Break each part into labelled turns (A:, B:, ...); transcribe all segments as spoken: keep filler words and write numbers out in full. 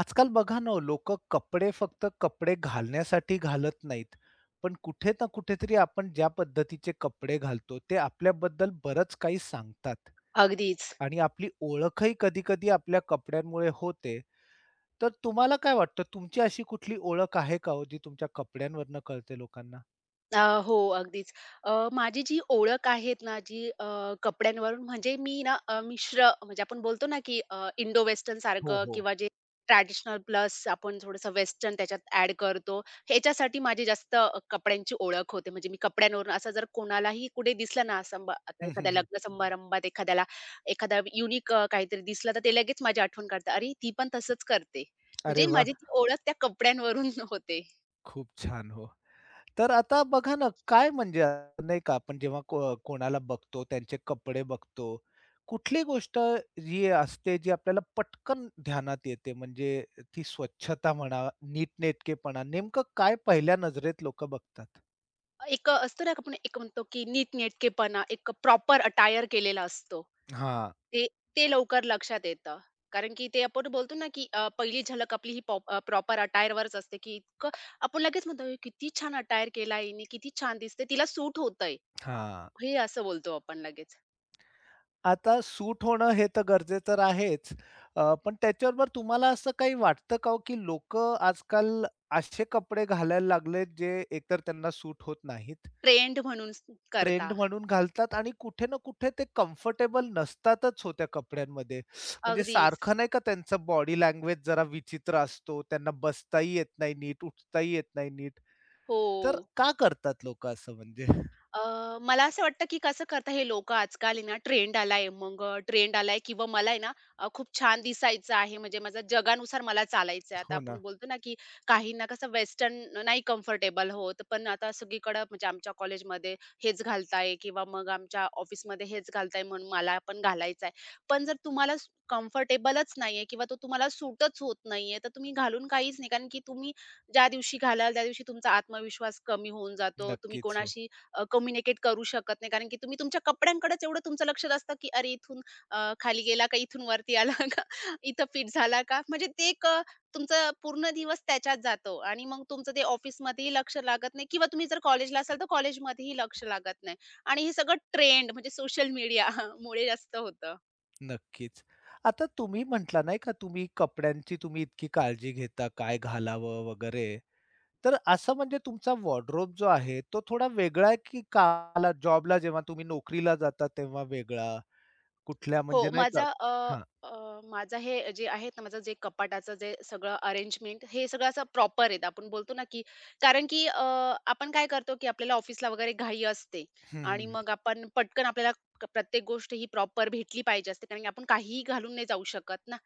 A: आजकाल बघा ना लोक कपडे फक्त कपडे घालण्यासाठी घालत नाहीत पण कुठे ना कुठेतरी आपण ज्या पद्धतीचे कपडे घालतो ते आपल्याबद्दल बरंच काही सांगतात
B: अगदीच.
A: आणि आपली ओळखही कधी कधी आपल्या कपड्यांमुळे होते. तर तुम्हाला काय वाटतं, तुमची अशी कुठली ओळख आहे का हो जी तुमच्या कपड्यांवरनं कळते लोकांना?
B: अ, हो, अगदीच. अ, माझी जी ओळख आहेत ना, जी अ, कपड्यांवरून म्हणजे मी ना अ, मिश्र म्हणजे आपण बोलतो ना, की अ, इंडो वेस्टर्न
A: हो
B: सारखं
A: हो.
B: किंवा जे ट्रॅडिशनल प्लस आपण थोडंसं वेस्टर्न त्याच्यात ॲड करतो. ह्याच्यासाठी माझी जास्त अ, कपड्यांची ओळख होते. म्हणजे मी कपड्यांवरून असं जर कोणालाही कुठे दिसलं ना, संभा आता
A: हम्म, हम्म,
B: एखाद्या
A: हम्म.
B: लग्न समारंभात एखाद्याला एखादा युनिक काहीतरी दिसलं, तर ते लगेच माझी आठवण काढतात. "अरे, ती पण तसंच करते."
A: अरे
B: म्हणजे
A: वा,
B: माझी ती ओळख त्या कपड्यांवरून होते.
A: खूप छान हो. तर आता बघा ना, काय म्हणजे आता नाही का आपण जेव्हा को कोणाला बघतो, त्यांचे कपडे बघतो. कुठली गोष्ट जी असते, जी आपल्याला पटकन ध्यानात येते, म्हणजे ती स्वच्छता म्हणा, नीटनेटकेपणा, नेमकं काय पहिल्या नजरेत लोकं बघतात?
B: एक असतो ना आपण एक म्हणतो की नीटनेटकेपणा, एक प्रॉपर अटायर केलेला असतो.
A: हां,
B: ते ते लवकर लक्षात येतं. कारण की ते आपण बोलतो ना की अ, पहिली झलक आपली ही प्रॉपर अटायरवरच असते की इतकं आपण लगेच म्हणतो, "अरे, किती छान अटायर केला हिने, किती छान दिसते, तिला सूट होतंय."
A: हां.
B: हे असं बोलतो आपण लगेच.
A: आता सूट होणं हे तर गरजेचं तर आहेच. अ, पण त्याच्याबरोबर तुम्हाला असं काही वाटतं का हो, की लोकं आजकाल असे कपडे घालायला लागलेत, जे एकतर त्यांना सूट होत नाहीत.
B: ट्रेंड म्हणून स- करता.
A: ट्रेंड म्हणून घालतात आणि कुठे ना कुठे ते कम्फर्टेबल नसतातच हो त्या कपड्यांमध्ये. म्हणजे
B: अगदीच.
A: सारखं नाही का त्यांचं बॉडी लँग्वेज जरा विचित्र असतो. त्यांना बसताही येत नाही नीट, उठताही येत नाही नीट.
B: हो.
A: तर का करतात लोकं असं म्हणजे?
B: अ, मला असं वाटतं, की कसं करता हे लोकं आजकाल आहे ना, ट्रेंड आलाय, मग ट्रेंड आलाय किंवा मला आहे ना, अ, खूप छान दिसायचं आहे, म्हणजे माझा जगानुसार मला चालायचं आहे. आता
A: हो
B: आपण
A: ना.
B: बोलतो ना, की काहींना कसं वेस्टर्न नाही कम्फर्टेबल होत, पण आता सगळीकडं म्हणजे आमच्या कॉलेजमध्ये हेच घालताय किंवा मग आमच्या ऑफिसमध्ये हेच घालताय, म्हणून मला पण घालायचं आहे. पण जर तुम्हाला कम्फर्टेबलच नाहीये किंवा तो तुम्हाला सूटच होत नाहीये, तर तुम्ही घालून काहीच नाही. कारण की तुम्ही ज्या दिवशी घालाल, त्या दिवशी तुमचा आत्मविश्वास कमी होऊन जातो. तुम्ही
A: नक्कीच हो.
B: कोणाशी अ, कम्युनिकेट करू शकत नाही. कारण की तुम्ही तुमच्या कपड्यांकडेच एवढं तुमचं लक्ष असतं, की अरे इथून अ, खाली गेला का? इथून वरती आला का? इथं फिट झाला का? म्हणजे ते एक अ, तुमचा पूर्ण दिवस त्याच्यात जातो आणि मग तुमचं ते ऑफिसमध्येही लक्ष लागत नाही किंवा तुम्ही जर कॉलेजला असाल, तर कॉलेजमध्येही लक्ष लागत नाही आणि हे सगळं ट्रेंड म्हणजे सोशल मीडिया मुळे जास्त होतं.
A: नक्कीच. आता तुम्ही म्हटला नाही का, तुम्ही कपड्यांची तुम्ही इतकी काळजी घेता, काय घालावं वगैरे. तर असं म्हणजे तुमचा वॉर्डरोब जो आहे तो थोडा वेगळा आहे की कामाला जॉबला जेव्हा तुम्ही नोकरीला जाता तेव्हा वेगळा? कुठल्या म्हणजे
B: हो,
A: नाही का.
B: माझा अ,
A: हां.
B: अ, माझा हे जे आहे ना, माझं जे कपाटाचं जे सगळं अरेंजमेंट हे सगळं असं प्रॉपर आहे. आपण बोलतो ना, की कारण की अ, आपण काय करतो, की आपल्याला ऑफिसला वगैरे घाई असते
A: हं,
B: आणि
A: हं, हं.
B: मग आपण पटकन आपल्याला क प्रत्येक गोष्ट ही प्रॉपर भेटली पाहिजे असते. कारण की आपण काहीही घालून नाही जाऊ शकत ना,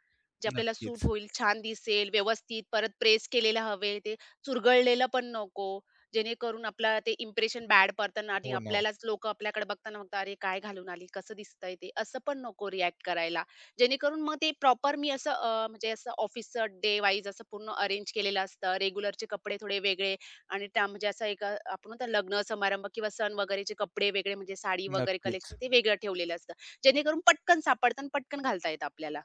B: जे आपल्याला
A: नक्कीच.
B: सूट होईल, छान दिसेल, व्यवस्थित, परत प्रेस केलेलं हवे, ते चुरगळलेलं पण नको. जेणेकरून आपलं ते इम्प्रेशन बॅड पडतं आणि
A: हो ना हो.
B: आपल्यालाच लोकं आपल्याकडे बघताना बघता, "अरे, काय घालून आली? कसं दिसतंय ते?" असं पण नको रिएक्ट करायला. जेणेकरून मग ते प्रॉपर मी असं अ, म्हणजे असं ऑफिसचं डे वाईज असं पूर्ण अरेंज केलेलं असतं. रेग्युलरचे कपडे थोडे वेगळे आणि त्या म्हणजे असं एक अ, आपण म्हणतो ना लग्न समारंभ किंवा सण वगैरेचे कपडे वेगळे म्हणजे साडी वगैरे
A: नक्कीच.
B: कलेक्शन ते वेगळं ठेवलेलं असतं. जेणेकरून पटकन सापडतं आणि पटकन घालता येतं आपल्याला.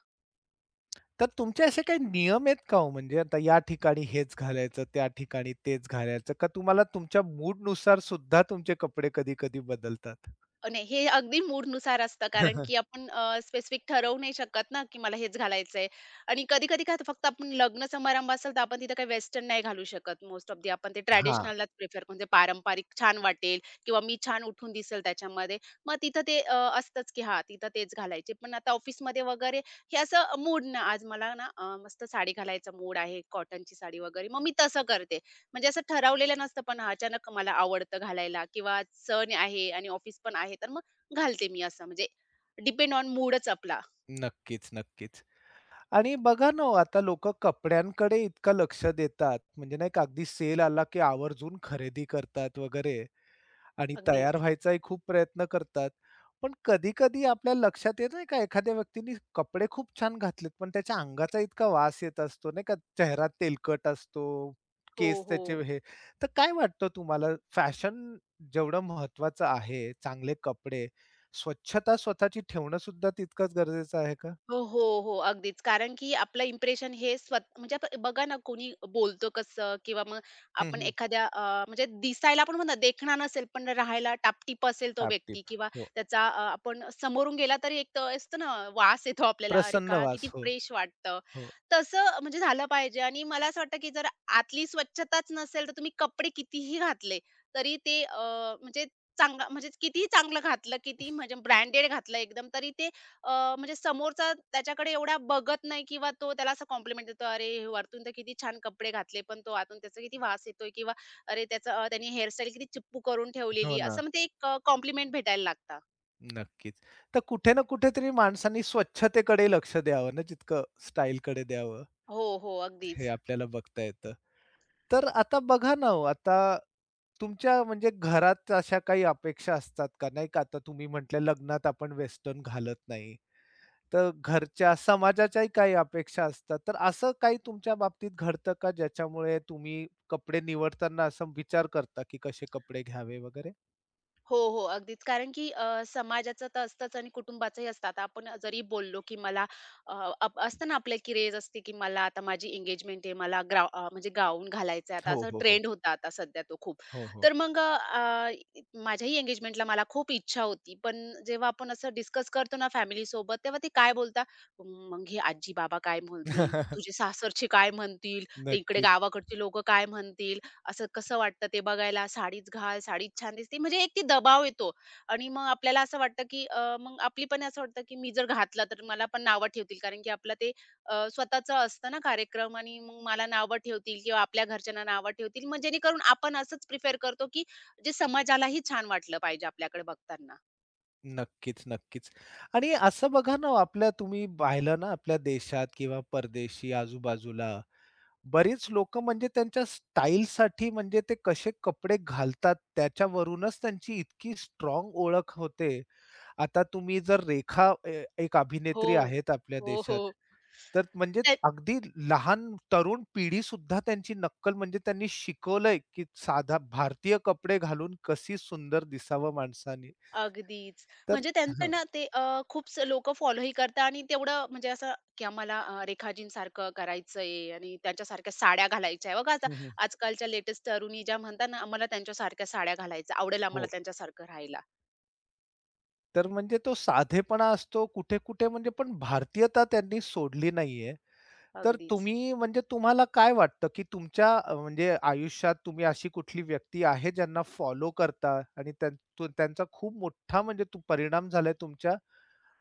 A: तर तुमचे असे काही नियम आहेत का हो? म्हणजे आता या ठिकाणी हेच घालायचं, त्या ठिकाणी तेच घालायचं, का तुम्हाला तुमच्या मूड नुसार सुद्धा तुमचे कपडे कधी-कधी बदलतात?
B: अ, नाही, हे अगदी मूडनुसार असतं कारण की आपण स्पेसिफिक ठरवू नाही शकत ना, की मला हेच घालायचंय आणि कधी-कधी काय होतं फक्त आपण लग्न समारंभ असेल तर आपण तिथं काही वेस्टर्न नाही घालू शकत. मोस्ट ऑफ दी आपण ते
A: हां.
B: ट्रेडिशनललाच प्रिफर म्हणजे पारंपरिक छान वाटेल किंवा मी छान उठून दिसेल त्याच्यामध्ये. मग तिथं ते अ, असतंच की हां, तिथं तेच घालायचे. पण आता ऑफिसमध्ये वगैरे हे असं मूड ना, आज मला ना अ, मस्त साडी घालायचा मूड आहे, कॉटनची साडी वगैरे. मग मी तसं करते. म्हणजे असं ठरवलेलं नसतं, पण हां, अचानक मला आवडतं घालायला किंवा आज सण आहे आणि ऑफिस पण आहे, तर मग घालते मी असं म्हणजे डिपेंड ऑन मूडच आपला.
A: नक्कीच, नक्कीच. आणि बघा ना हो, आता लोकं कपड्यांकडे इतकं लक्ष देतात, म्हणजे नाही का अगदी सेल आला की आवर्जून खरेदी करतात वगैरे. आणि तयार
B: अगदीच.
A: व्हायचाही खूप प्रयत्न करतात. पण कधी-कधी आपल्या लक्षात येत नाही का, एखाद्या व्यक्तीने कपडे खूप छान घातलेत, पण त्याच्या अंगाचा इतका वास येत असतो नाही का, चेहरा तेलकट असतो,
B: हो,
A: केस
B: हो.
A: त्याचे हे. तर काय वाटतं तुम्हाला, फॅशन जेवढं महत्वाचं आहे, चांगले कपडे, स्वच्छता स्वतःची ठेवणं सुद्धा तितकंच गरजेचं आहे का?
B: हो, हो, हो. अगदीच. कारण की आपलं इम्प्रेशन हे स्वत म्हणजे आपण बघा ना कोणी बोलतो कसं किंवा मग
A: हं,
B: आपण
A: हं.
B: एखाद्या अ, म्हणजे दिसायला आपण म्हणतो देखणा नसेल, पण राहायला टापटीप असेल तो व्यक्ती
A: टाप.
B: किंवा
A: हो.
B: त्याचा अ, आपण समोरून गेला तरी एक तर असतं ना वास येतो आपल्याला, "अरे
A: प्रसन्न
B: का
A: वास.
B: किती
A: हो,
B: फ्रेश वाटतं."
A: हो.
B: तसं म्हणजे झालं पाहिजे आणि मला असं वाटतं की जर आतली स्वच्छताच नसेल, तर तुम्ही कपडे कितीही घातले तरी ते अ, म्हणजे चांगलं म्हणजे कितीही चांगलं घातलं, कितीही म्हणजे ब्रँडेड घातलं एकदम, तरी ते अ, म्हणजे समोरचा त्याच्याकडे एवढा बघत नाही किंवा तो त्याला असा कॉम्प्लिमेंट देतो, "अरे, हे वरतून तर किती छान कपडे घातले, पण तो आतून त्याचा किती वास येतोय" किंवा "अरे, त्याचं अ, त्याने हेअरस्टाईल किती चिप्पू करून
A: हो
B: ठेवलेली."
A: ना.
B: असं मग ते एक अ, कॉम्प्लिमेंट भेटायला लागतं.
A: नक्कीच. तर कुठे ना कुठेतरी माणसांनी स्वच्छतेकडे लक्ष द्यावं ना, जितकं स्टाईलकडे द्यावं,
B: हो, हो.
A: हे
B: अगदीच.
A: आपल्याला बघता येतं. तर आता बघा ना हो, आता तुमच्या म्हणजे घरात अशा काही अपेक्षा असतात का? नाही का आता तुम्ही म्हटले लग्नात आपण वेस्टर्न घालत नाही. तर घरच्या समाजाच्याही काही अपेक्षा असतात. तर असं काही तुमच्या बाबतीत घडतं का, ज्याच्यामुळे तुम्ही कपडे निवडताना असा विचार करता, की कसे कपडे घ्यावे वगैरे?
B: हो, हो. अगदीच. कारण की अ, समाजाचं तर असतंच आणि कुटुंबाचंही असतं. आता आपण जरी बोललो, की मला अ, अप असतं ना आपल्या की रेज असते, की मला आता माझी एंगेजमेंट आहे. मला ग्रा अ, म्हणजे गाऊन घालायचं आहे. आता
A: हो,
B: असा
A: हो, हो.
B: ट्रेंड होता आता सध्या तो खूप.
A: हो, हो.
B: तर मग अ, इ- माझ्याही एंगेजमेंटला मला खूप इच्छा होती. पण जेव्हा आपण असं डिस्कस करतो ना फॅमिलीसोबत, तेव्हा ते काय बोलता, "हम्म, "मग हे आजी-बाबा काय म्हणतील? तुझे सासरचे काय म्हणतील? ते इकडे
A: नक्कीच.
B: गावाकडचे लोकं काय म्हणतील?" असं कसं वाटतं ते बघायला, साडीच घाल, साडीच छान दिसते. म्हणजे एक ती दबाव येतो आणि मग आपल्याला असं वाटतं, की अ, मग आपली पण असं वाटतं, की मी जर घातला तर मला पण नावं ठेवतील. कारण की आपलं ते अ, स्वतःचं असतं ना कार्यक्रम आणि मग मला नावं ठेवतील किंवा आपल्या घरच्यांना नावं ठेवतील. मग जेणेकरून आपण असंच प्रिफर करतो, की जे समाजालाही छान वाटलं पाहिजे आपल्याकडे बघताना.
A: नक्कीच, नक्कीच. आणि असं बघा ना, आपल्या तुम्ही पाहिलं ना, आपल्या देशात किंवा परदेशी आजूबाजूला बरीच लोकं म्हणजे त्यांच्या स्टाईलसाठी, म्हणजे ते कसे कपडे घालतात, त्याच्यावरूनच त्यांची इतकी स्ट्रॉंग ओळख होते. आता तुम्ही जर रेखा ए एक
B: हो.
A: अभिनेत्री आहेत आपल्या
B: हो,
A: देशात,
B: हो.
A: तर म्हणजे अगदी लहान तरुण पिढीसुद्धा त्यांची नक्कल, म्हणजे त्यांनी शिकवलंय, की साधा भारतीय कपडे घालून कशी सुंदर दिसावं माणसाने.
B: अगदीच.
A: तर
B: म्हणजे त्यांचं
A: हां.
B: ना ते अ, खूप लोकं फॉलोही करतात आणि तेवढं म्हणजे असं, की आम्हाला अ, रेखाजींसारखं करायचंय आणि त्यांच्यासारख्या साड्या घालायच्या आहे. बघा आता
A: हं, हं.
B: आजकालच्या लेटेस्ट तरुणी ज्या म्हणतात ना, आम्हाला त्यांच्यासारख्या साड्या घालायच्या, आवडेल आम्हाला
A: हो.
B: त्यांच्यासारखं राहायला.
A: तर म्हणजे तो साधेपणा असतो कुठे-कुठे म्हणजे, पण भारतीयता त्यांनी सोडली नाहीये. तर
B: अगदीच.
A: तुम्ही म्हणजे तुम्हाला काय वाटतं, की तुमच्या अ, म्हणजे आयुष्यात तुम्ही अशी कुठली व्यक्ती आहे ज्यांना फॉलो करता आणि त्यां तो त्यांचा खूप मोठा म्हणजे तो परिणाम झालाय तुमच्या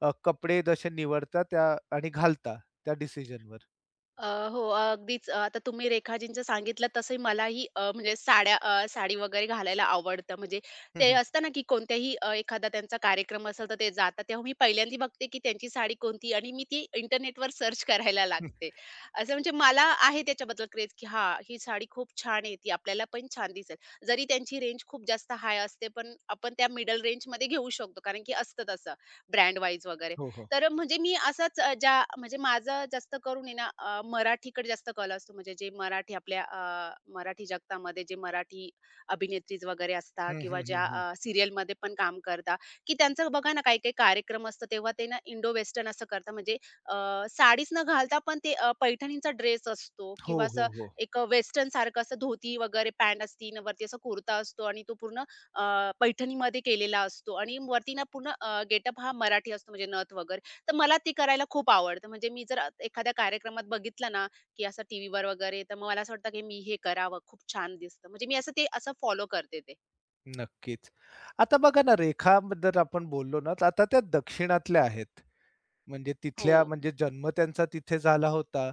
A: अ, कपडे जसे निवडता त्या आणि घालता त्या डिसिजनवर?
B: अ, हो, अगदीच. अ, आता तुम्ही रेखाजींचं सांगितलं तसं मलाही अ, म्हणजे साड्या अ, साडी वगैरे घालायला आवडतं. म्हणजे ते
A: हं,
B: असतं ना, की कोणत्याही अ, एखादा त्यांचा कार्यक्रम असेल, तर ते जातात. तेव्हा मी पहिल्यांदा बघते, की त्यांची साडी कोणती आणि मी ती इंटरनेटवर सर्च करायला
A: हं.
B: लागते. असं म्हणजे मला आहे त्याच्याबद्दल क्रेज, की हां, ही साडी खूप छान आहे. ती आपल्याला पण छान दिसेल. जरी त्यांची रेंज खूप जास्त हाय असते, पण आपण त्या मिडल रेंजमध्ये घेऊ शकतो. कारण की असतं तसं ब्रँड वाईज वगैरे.
A: हो, हो.
B: तर म्हणजे मी असंच अ, ज्या म्हणजे माझं जास्त करून आहे ना अ, मराठीकडे जास्त कल असतो. म्हणजे जे मराठी आपल्या अ, मराठी जगतामध्ये जे मराठी अभिनेत्रीज वगैरे असतात
A: हं,
B: किंवा
A: हं, हं,
B: ज्या
A: हं.
B: अ, सीरियलमध्ये पण काम करतात, की त्यांचं बघा ना काही-काही कार्यक्रम असतो तेव्हा ते ना इंडो वेस्टर्न असं करतात. म्हणजे अ, साडीच न घालता पण ते अ, पैठणीचा ड्रेस असतो
A: हो,
B: किंवा असं
A: हो, हो.
B: एक अ, वेस्टर्नसारखं असं धोती वगैरे पॅन्ट असती आणि वरती असा कुर्ता असतो आणि तो पूर्ण अ, पैठणीमध्ये केलेला असतो आणि वरती ना पूर्ण गेटअप हा मराठी असतो म्हणजे नथ वगैरे तर मला ती करायला खूप आवडतं. म्हणजे मी जर एखाद्या कार्यक्रमात बघितलं ना, की असं टीव्हीवर वगैरे, तर मग मला असं वाटतं, की मी हे करावं. खूप छान दिसतं. म्हणजे मी असं ते असं फॉलो करते ते.
A: नक्कीच. आता बघा ना, रेखाबद्दल आपण बोललो ना, तर आता त्या दक्षिणातल्या आहेत. म्हणजे
B: हो.
A: तिथल्या म्हणजे जन्म त्यांचा तिथे झाला होता.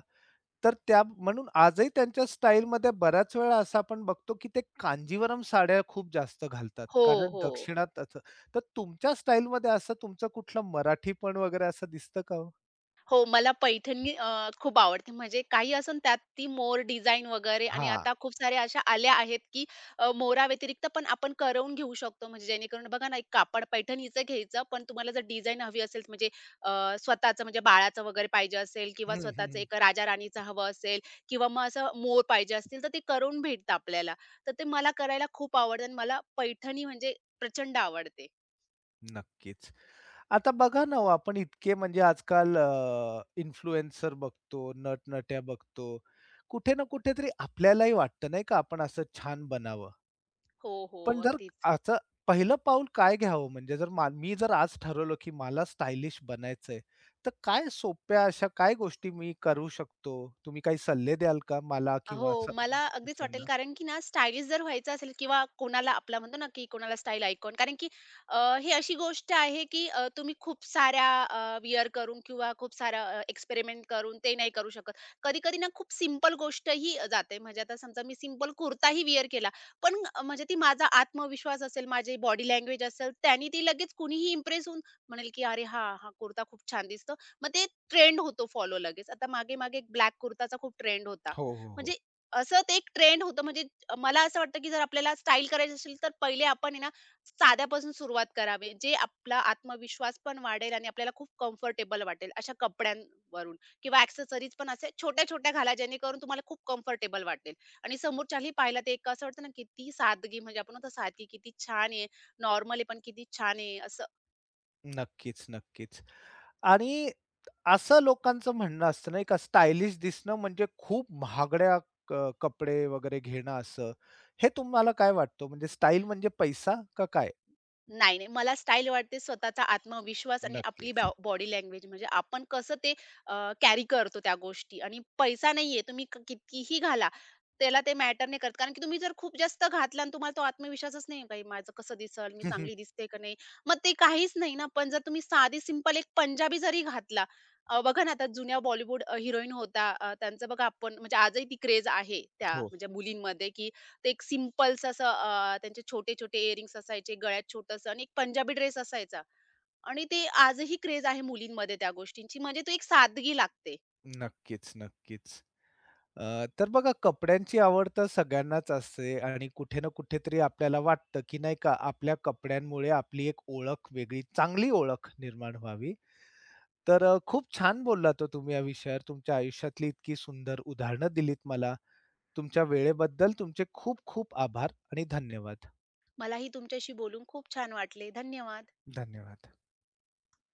A: तर त्या म्हणून आजही त्यांच्या स्टाईलमध्ये बऱ्याच वेळा असं आपण बघतो, की ते कांजीवरम साड्या खूप जास्त घालतात.
B: हो,
A: कारण
B: हो.
A: दक्षिणात असं. तर तुमच्या स्टाईलमध्ये असं तुमचं कुठलं मराठीपण वगैरे असं दिसतं का हो?
B: हो, मला पैठणी अ, खूप आवडते. म्हणजे काही असेल त्यात ती मोर डिझाइन वगैरे आणि
A: हां.
B: आता खूप साऱ्या अशा आल्या आहेत, की अ, मोराव्यतिरिक्त पण आपण करवून घेऊ शकतो. म्हणजे जेणेकरून बघा ना, एक कापड पैठणीचं घ्यायचं, पण तुम्हाला जर डिझाइन हवी असेल म्हणजे अ, स्वतःचं म्हणजे बाळाचं वगैरे पाहिजे असेल किंवा
A: हं,
B: स्वतःचं
A: हं.
B: एक राजा-राणीचं हवं असेल किंवा मग असं मोर पाहिजे असतील, तर ते करून भेटतं आपल्याला. तर ते मला करायला खूप आवडतं आणि मला पैठणी म्हणजे प्रचंड आवडते.
A: नक्कीच. आता बघा ना हो, आपण इतके म्हणजे आजकाल इन्फ्लुएन्सर बघतो, नटनट्या बघतो. कुठे ना कुठेतरी आपल्यालाही वाटतं नाही का, आपण असं छान बनावं.
B: हो, हो.
A: पण जर
B: अगदीच.
A: असं पहिलं पाऊल काय घ्यावं? म्हणजे जर मा मी जर आज ठरवलं, की मला स्टायलिश बनायचंय, तर काय सोप्या अशा काय गोष्टी मी करू शकतो? तुम्ही काही सल्ले द्याल का मला किंवा
B: हो,
A: असं
B: मला अगदीच वाटेल
A: दुसऱ्यांना?
B: कारण की ना स्टायलिश जर व्हायचं असेल किंवा कोणाला आपला म्हणतो ना की कोणाला स्टाईल आयकॉन कारण की अ, ही अशी गोष्ट आहे की अ, तुम्ही खूप साऱ्या वियर विअर करून किंवा खूप साऱ्या अ, एक्सपेरिमेंट करून ते नाही करू शकत. कधी-कधी ना खूप सिंपल गोष्टही जाते. म्हणजे आता समजा मी सिंपल कुर्ताही विअर केला, पण अ, म्हणजे ती माझा आत्मविश्वास असेल, माझी बॉडी लँग्वेज असेल, त्यानी ती लगेच कुणीही इम्प्रेस होऊन म्हणेल की "अरे हां, हा कुर्ता खूप छान दिसतो." मग ते ट्रेंड होतो फॉलो लगेच. आता मागे-मागे एक ब्लॅक कुर्ताचा खूप ट्रेंड होता.
A: हो, हो,
B: म्हणजे
A: हो.
B: असं ते एक ट्रेंड होतं म्हणजे मला असं वाटतं, की जर आपल्याला स्टाईल करायची असेल, तर पहिले आपण आहे ना, साध्यापासून सुरुवात करावी. जे आपला आत्मविश्वास पण वाढेल आणि आपल्याला खूप कम्फर्टेबल वाटेल अशा कपड्यांवरून किंवा एक्सेसरीज पण असे छोट्या-छोट्या घाला, जेणेकरून तुम्हाला खूप कम्फर्टेबल वाटेल आणि समोरच्यालाही पाहायला ते एक असं वाटतं ना, किती सादगी म्हणजे आपण म्हणतो सादगी किती छान आहे, नॉर्मल आहे पण किती छान आहे असं.
A: नक्कीच, नक्कीच. आणि असं लोकांचं म्हणणं असतं नाही का, स्टायलिश दिसणं म्हणजे खूप महागड्या क कपडे वगैरे घेणं असं. हे तुम्हाला काय वाटतं? म्हणजे स्टाईल म्हणजे पैसा का काय?
B: नाही, नाही. मला स्टाईल वाटते स्वतःचा आत्मविश्वास आणि आपली
A: नक्कीच.
B: बॉडी लँग्वेज म्हणजे आपण कसं ते अ, कॅरी करतो त्या गोष्टी आणि पैसा नाहीये तुम्ही क कितीही घाला, त्याला ते मॅटर नाही करत. कारण की तुम्ही जर खूप जास्त घातला आणि तुम्हाला तो आत्मविश्वासच नाही काही माझं कसं दिसेल, मी चांगली दिसते का नाही? मग ते काहीच नाही ना. पण जर तुम्ही साधी सिंपल एक पंजाबी जरी घातला अ, बघा ना आता जुन्या बॉलिवूड हिरोईन होत्या अ, त्यांचं बघा आपण म्हणजे आजही ती क्रेज आहे त्या
A: हो.
B: म्हणजे मुलींमध्ये की ते एक सिंपल्स असं अ, त्यांचे छोटे-छोटे इअरिंग्स असायचे, गळ्यात छोटंसं आणि एक पंजाबी ड्रेस असायचा आणि ते आजही क्रेज आहे मुलींमध्ये त्या गोष्टींची. म्हणजे तो एक सादगी लागते.
A: नक्कीच, नक्कीच. अ, तर बघा, कपड्यांची आवड तर सगळ्यांनाच असते आणि कुठे ना कुठेतरी आपल्याला वाटतं, की नाही का आपल्या कपड्यांमुळे आपली एक ओळख वेगळी, चांगली ओळख निर्माण व्हावी. तर अ, खूप छान बोललात हो तुम्ही या विषयावर. तुमच्या आयुष्यातली इतकी सुंदर उदाहरणं दिलीत मला. तुमच्या वेळेबद्दल तुमचे खूप खूप आभार आणि धन्यवाद.
B: मलाही तुमच्याशी बोलून खूप छान वाटले. धन्यवाद.
A: धन्यवाद.